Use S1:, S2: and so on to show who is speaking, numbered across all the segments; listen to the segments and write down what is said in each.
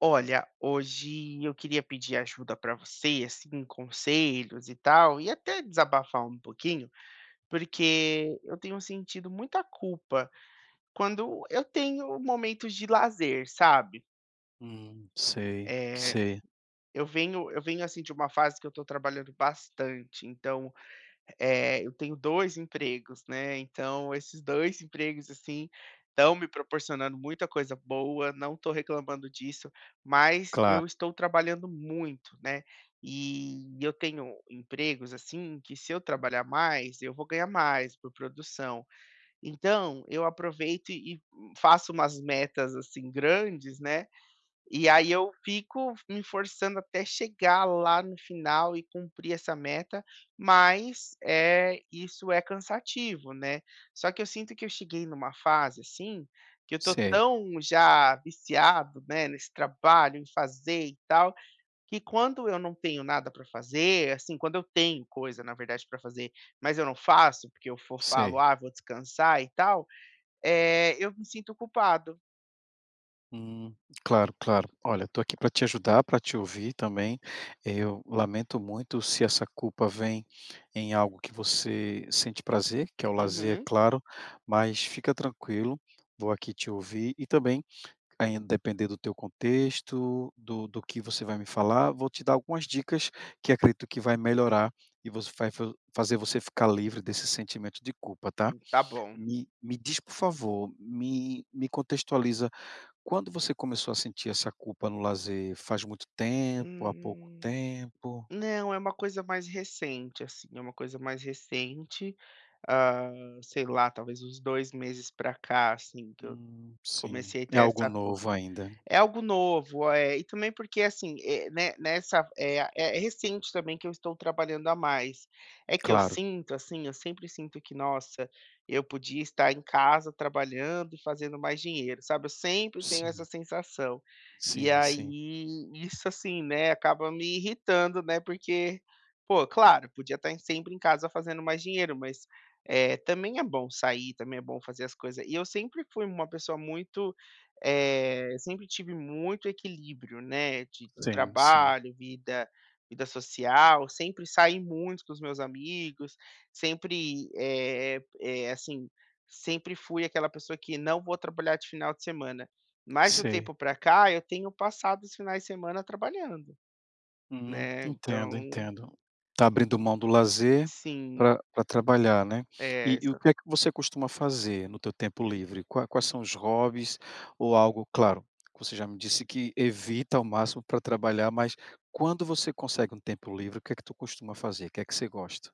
S1: Olha, hoje eu queria pedir ajuda para você, assim, conselhos e tal, e até desabafar um pouquinho, porque eu tenho sentido muita culpa quando eu tenho momentos de lazer, sabe?
S2: Hum, sei,
S1: Eh,
S2: sei,
S1: eu venho assim de uma fase que eu estou trabalhando bastante, então. Eu tenho 2 empregos, né, então esses 2 empregos, assim, estão me proporcionando muita coisa boa, não estou reclamando disso, mas eu
S2: claro,
S1: estou trabalhando muito, né, e eu tenho empregos, assim, que se eu trabalhar mais, eu vou ganhar mais por produção. Então eu aproveito e faço umas metas, assim, grandes, né, e aí eu fico me forçando até chegar lá no final e cumprir essa meta, mas, é, isso é cansativo, né. Só que eu sinto que eu cheguei numa fase, assim, que eu tô
S2: sei,
S1: tão já viciado, né, nesse trabalho, em fazer e tal, que quando eu não tenho nada para fazer, assim, quando eu tenho coisa, na verdade, para fazer, mas eu não faço, porque eu for falo:
S2: sei.
S1: "Ah, vou descansar e tal", eu me sinto culpado.
S2: Hum, claro, claro. Olha, estou aqui para te ajudar, para te ouvir também. Eu lamento muito se essa culpa vem em algo que você sente prazer, que é o lazer, é
S1: Uhum.
S2: claro, mas fica tranquilo, vou aqui te ouvir e também, aí, depender do teu contexto, do, do que você vai me falar, vou te dar algumas dicas que acredito que vai melhorar e você vai fazer você ficar livre desse sentimento de culpa, tá?
S1: Tá bom.
S2: Me diz, por favor, me contextualiza, quando você começou a sentir essa culpa no lazer? Faz muito tempo? Há pouco
S1: Hum.
S2: tempo?
S1: Não, é uma coisa mais recente, assim, é uma coisa mais recente, ah, sei lá, talvez uns 2 meses pra cá, assim, que eu
S2: Sim,
S1: comecei a
S2: é
S1: ter
S2: algo
S1: essa,
S2: novo ainda.
S1: é algo novo, e também porque, assim, né, nessa é recente também que eu estou trabalhando a mais. É que eu
S2: Claro,
S1: sinto, assim, eu sempre sinto que: "Nossa, eu podia estar em casa trabalhando e fazendo mais dinheiro", sabe, eu sempre tenho essa
S2: sim,
S1: sensação. E
S2: sim, sim,
S1: aí isso, assim, né, acaba me irritando, né, porque, pô, claro, podia estar em sempre em casa fazendo mais dinheiro, mas, também é bom sair, também é bom fazer as coisas. E eu sempre fui uma pessoa muito, eu sempre tive muito equilíbrio, né, de
S2: sim, sim,
S1: trabalho, vida, vida social, sempre saí muito com os meus amigos, sempre, assim, sempre fui aquela pessoa que não vou trabalhar de final de semana. Mas de um
S2: sei.
S1: tempo para cá, eu tenho passado os finais de semana trabalhando, né,
S2: Entendo,
S1: então
S2: entendo. Tá abrindo mão do lazer
S1: sim,
S2: para trabalhar, né.
S1: é.
S2: E o que é que você costuma fazer no teu tempo livre? Quais são os hobbies ou algo claro, que você já me disse que evita ao máximo para trabalhar, mas quando você consegue um tempo livre, o que é que tu costuma fazer? O que é que você gosta?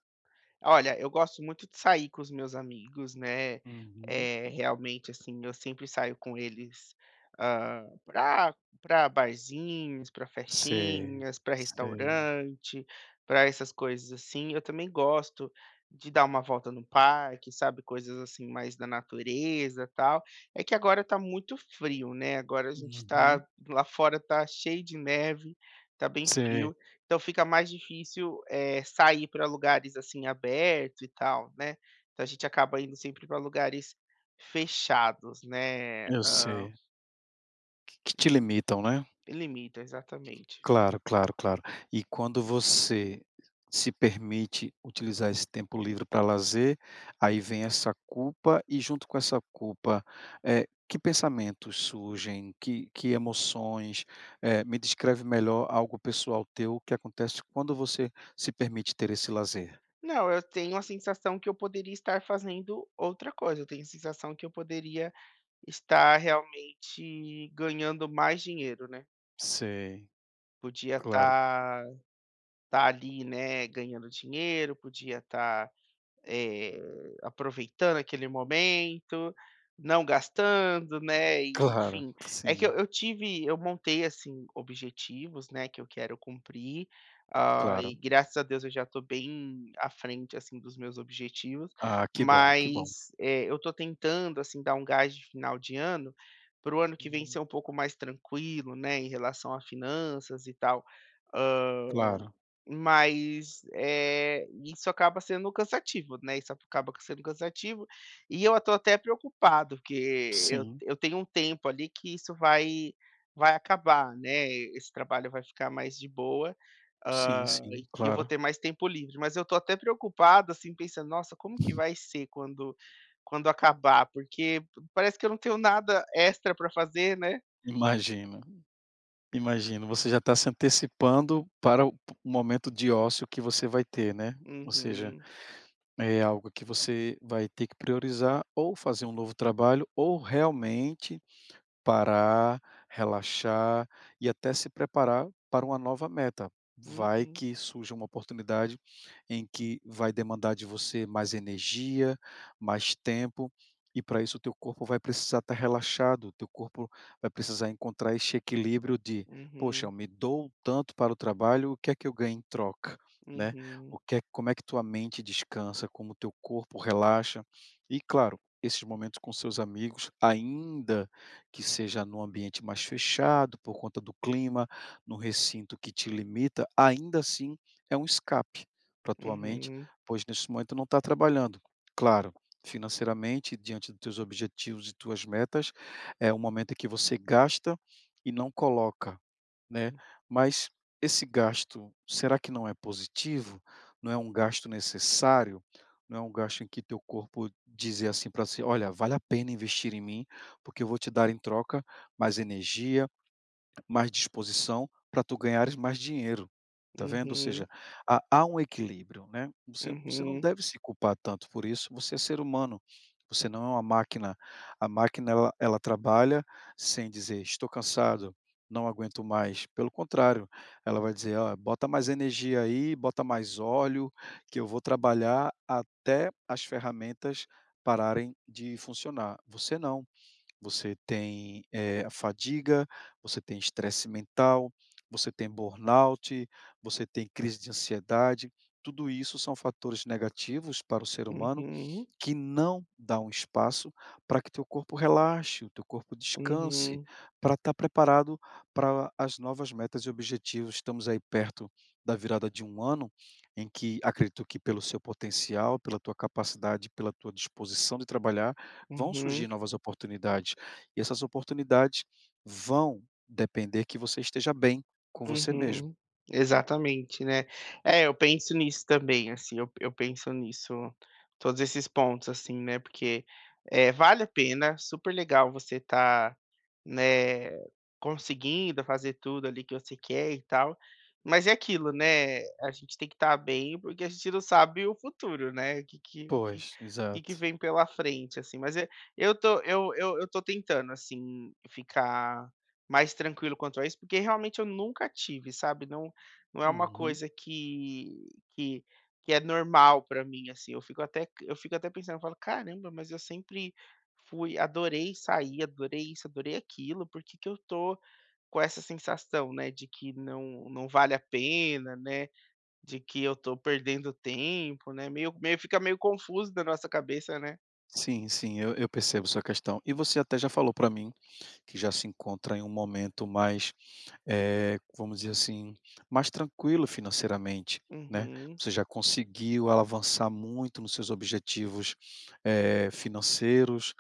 S1: Olha, eu gosto muito de sair com os meus amigos, né,
S2: Uhum.
S1: realmente, assim, eu sempre saio com eles, para para barzinhos, para
S2: Sei,
S1: festinhas, para
S2: sei.
S1: restaurante, para essas coisas assim. Eu também gosto de dar uma volta no parque, sabe, coisas assim mais da natureza, tal. É que agora tá muito frio, né, agora a gente
S2: Uhum.
S1: tá lá fora, tá cheio de neve, tá bem
S2: Sei,
S1: frio. Então fica mais difícil, sair para lugares, assim, abertos e tal, né. Então a gente acaba indo sempre para lugares fechados, né,
S2: eu
S1: hã,
S2: sei. Que te limitam, né?
S1: limita, exatamente.
S2: Claro, claro, claro. E quando você se permite utilizar esse tempo livre para lazer, aí vem essa culpa e junto com essa culpa, que pensamentos surgem? Que emoções? Me descreve melhor algo pessoal teu que acontece quando você se permite ter esse lazer.
S1: Não, eu tenho a sensação que eu poderia estar fazendo outra coisa, eu tenho a sensação que eu poderia estar realmente ganhando mais dinheiro, né.
S2: Sei,
S1: Podia
S2: claro,
S1: estar ali, né, ganhando dinheiro, podia estar, Eh, aproveitando aquele momento, não gastando, né, e,
S2: claro,
S1: enfim. É que
S2: sim,
S1: eu tive, eu montei, assim, objetivos, né, que eu quero cumprir, e
S2: claro.
S1: graças a Deus eu já estou bem à frente, assim, dos meus objetivos,
S2: Ah, que bom, que bom.
S1: mas, eu estou tentando, assim, dar um gás de final de ano, para o ano que vem ser um pouco mais tranquilo, né, em relação a finanças e tal.
S2: Claro,
S1: Mas, isso acaba sendo cansativo, né, isso acaba sendo cansativo, e eu estou até preocupado, porque eu
S2: sim,
S1: eu tenho um tempo ali que isso vai acabar, né, esse trabalho vai ficar mais de boa,
S2: sim,
S1: hã,
S2: sim,
S1: e eu vou
S2: claro,
S1: ter mais tempo livre, mas eu estou até preocupado, assim, pensando: "Nossa, como que vai ser quando quando acabar?", porque parece que eu não tenho nada extra para fazer, né.
S2: imagino. Imagino, você já está se antecipando para o momento de ócio que você vai ter, né. Ou seja,
S1: Uhum,
S2: é algo que você vai ter que priorizar ou fazer um novo trabalho ou realmente parar, relaxar e até se preparar para uma nova meta. Vai
S1: uhum,
S2: que surja uma oportunidade em que vai demandar de você mais energia, mais tempo, e para isso o teu corpo vai precisar estar relaxado, o teu corpo vai precisar encontrar esse equilíbrio de: "Poxa, eu
S1: uhum,
S2: me dou tanto para o trabalho, o que é que eu ganho em troca?", né. O
S1: uhum,
S2: que é como é que tua mente descansa, como o teu corpo relaxa. E claro, esses momentos com seus amigos ainda que seja num ambiente mais fechado, por conta do clima, num recinto que te limita, ainda assim é um escape para a tua mente,
S1: uhum.
S2: pois nesse momento não está trabalhando. Claro, financeiramente, diante dos teus objetivos e tuas metas, é um momento em que você gasta e não coloca, né? Mas esse gasto, será que não é positivo? Não é um gasto necessário? Não é um gasto em que teu corpo dizer assim para si, olha, vale a pena investir em mim, porque eu vou te dar em troca mais energia, mais disposição para tu ganhares mais dinheiro, tá vendo? Ou seja,
S1: Uhum,
S2: há um equilíbrio, né. Você não
S1: uhum,
S2: deve se culpar tanto por isso, você é ser humano, você não é uma máquina. A máquina ela trabalha sem dizer: "Estou cansado, não aguento mais", pelo contrário, ela vai dizer: "Ó, bota mais energia aí, bota mais óleo, que eu vou trabalhar até as ferramentas pararem de funcionar". Você não você tem, a fadiga, você tem estresse mental, você tem burnout, você tem crise de ansiedade. Tudo isso são fatores negativos para o ser humano
S1: uhum,
S2: que não dá um espaço para que teu corpo relaxe, o teu corpo descanse,
S1: uhum,
S2: para estar preparado para as novas metas e objetivos. Estamos aí perto da virada de um ano, em que acredito que pelo seu potencial, pela tua capacidade, pela tua disposição de trabalhar, vão surgir
S1: uhum.
S2: novas oportunidades. E essas oportunidades vão depender que você esteja bem com você mesmo.
S1: Uhum. Exatamente, né. É, eu penso nisso também, assim, eu penso nisso, todos esses pontos, assim, né, porque, vale a pena, super legal você tá, né, conseguindo fazer tudo ali que você quer e tal, mas é aquilo, né, a gente tem que estar bem, porque a gente não sabe o futuro, né, o que o
S2: Pois,
S1: que que
S2: exato.
S1: vem pela frente, assim. Mas eu tô tentando, assim, ficar mais tranquilo quanto a isso, porque realmente eu nunca tive, sabe, não não é uma
S2: Uhum.
S1: coisa que é normal para mim, assim, eu fico até pensando, eu falo: "Caramba, mas eu sempre fui, adorei sair, adorei isso, adorei aquilo, por que que eu tô com essa sensação, né, de que não, não vale a pena, né, de que eu tô perdendo tempo", né, meio fica meio confuso na nossa cabeça, né.
S2: Sim, sim, eu percebo sua questão. E você até já falou para mim que já se encontra em um momento mais vamos dizer assim, mais tranquilo financeiramente, né.
S1: Uhum,
S2: Você já conseguiu avançar muito nos seus objetivos, financeiros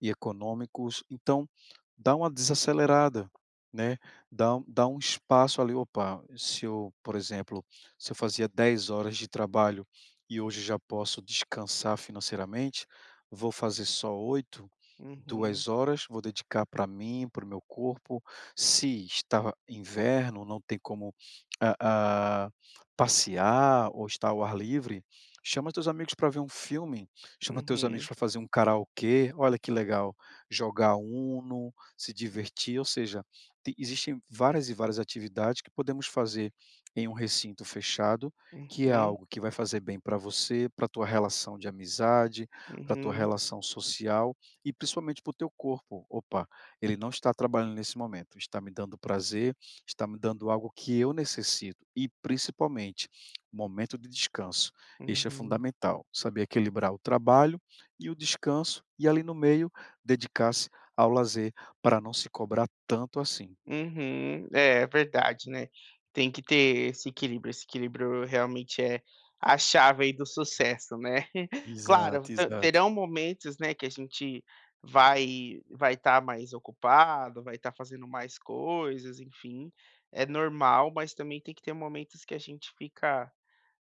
S2: e econômicos, então dá uma desacelerada, né, dá um espaço ali, "Opa, se eu, por exemplo, se eu fazia 10 horas de trabalho e hoje já posso descansar financeiramente, vou fazer só 8,
S1: uhum,
S2: 2 horas, vou dedicar para mim, para o meu corpo, se está inverno, não tem como, ah ah, passear ou estar ao ar livre, chama teus amigos para ver um filme, chama teus amigos
S1: uhum,
S2: para fazer um karaokê, olha que legal, jogar Uno, se divertir, ou seja, te existem várias e várias atividades que podemos fazer em um recinto fechado, que é
S1: uhum,
S2: algo que vai fazer bem para você, para tua relação de amizade, para tua
S1: uhum,
S2: relação social e principalmente para o teu corpo. Opa, ele não está trabalhando nesse momento, está me dando prazer, está me dando algo que eu necessito e, principalmente, momento de descanso. Este é
S1: uhum.
S2: fundamental, saber equilibrar o trabalho e o descanso e, ali no meio, dedicar-se ao lazer para não se cobrar tanto assim.
S1: Uhum. É, é verdade, né. Tem que ter esse equilíbrio realmente é a chave aí do sucesso, né.
S2: Exato,
S1: Claro, te
S2: exato.
S1: terão momentos, né, que a gente vai estar mais ocupado, vai estar fazendo mais coisas, enfim, é normal, mas também tem que ter momentos que a gente fica,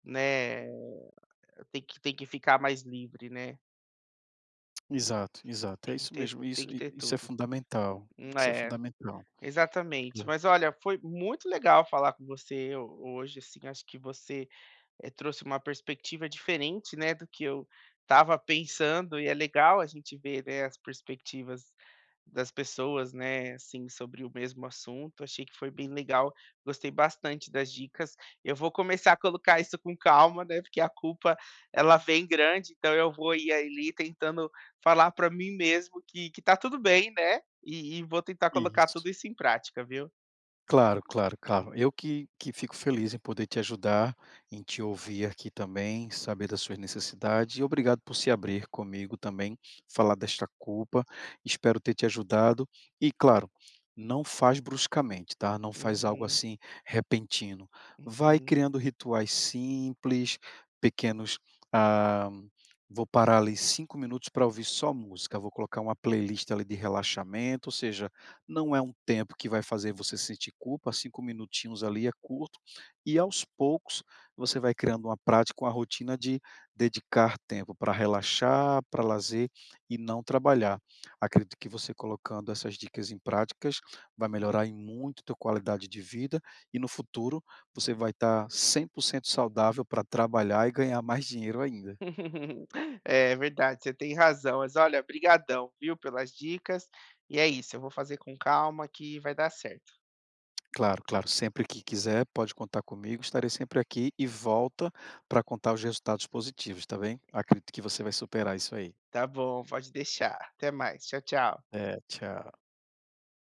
S1: né, tem que ficar mais livre, né,
S2: Exato, exato. É
S1: tem que
S2: isso
S1: ter
S2: mesmo.
S1: tem
S2: Isso,
S1: que
S2: i
S1: ter
S2: isso é
S1: tudo.
S2: fundamental, isso é
S1: É.
S2: fundamental.
S1: Exatamente.
S2: Hã.
S1: Mas olha, foi muito legal falar com você ho hoje, assim, acho que você, trouxe uma perspectiva diferente, né, do que eu estava pensando e é legal a gente ver, né, as perspectivas das pessoas, né, assim, sobre o mesmo assunto. Achei que foi bem legal, gostei bastante das dicas. Eu vou começar a colocar isso com calma, né, porque a culpa ela vem grande, então eu vou ir ali tentando falar para mim mesmo que tá tudo bem, né, e vou tentar colocar
S2: Isso.
S1: tudo isso em prática, viu.
S2: Claro, claro, claro. Eu que fico feliz em poder te ajudar, em te ouvir aqui também, saber das suas necessidades e obrigado por se abrir comigo também, falar desta culpa. Espero ter te ajudado e, claro, não faz bruscamente, tá? Não faz algo
S1: Uhum,
S2: assim repentino. Vai
S1: uhum.
S2: criando rituais simples, pequenos, ah, vou parar ali 5 minutos para ouvir só música, vou colocar uma playlist ali de relaxamento, ou seja, não é um tempo que vai fazer você sentir culpa, cinco minutinhos ali é curto, e aos poucos você vai criando uma prática, uma rotina de dedicar tempo para relaxar, para lazer e não trabalhar. Acredito que você colocando essas dicas em práticas vai melhorar em muito a tua qualidade de vida e no futuro você vai estar 100% saudável para trabalhar e ganhar mais dinheiro ainda.
S1: É verdade, você tem razão. Mas olha, brigadão, viu, pelas dicas. E é isso, eu vou fazer com calma que vai dar certo.
S2: Claro, claro. Sempre que quiser, pode contar comigo. Estarei sempre aqui e volta para contar os resultados positivos, tá bem? Acredito que você vai superar isso aí.
S1: Tá bom, pode deixar. Até mais. Tchau, tchau.
S2: É, tchau.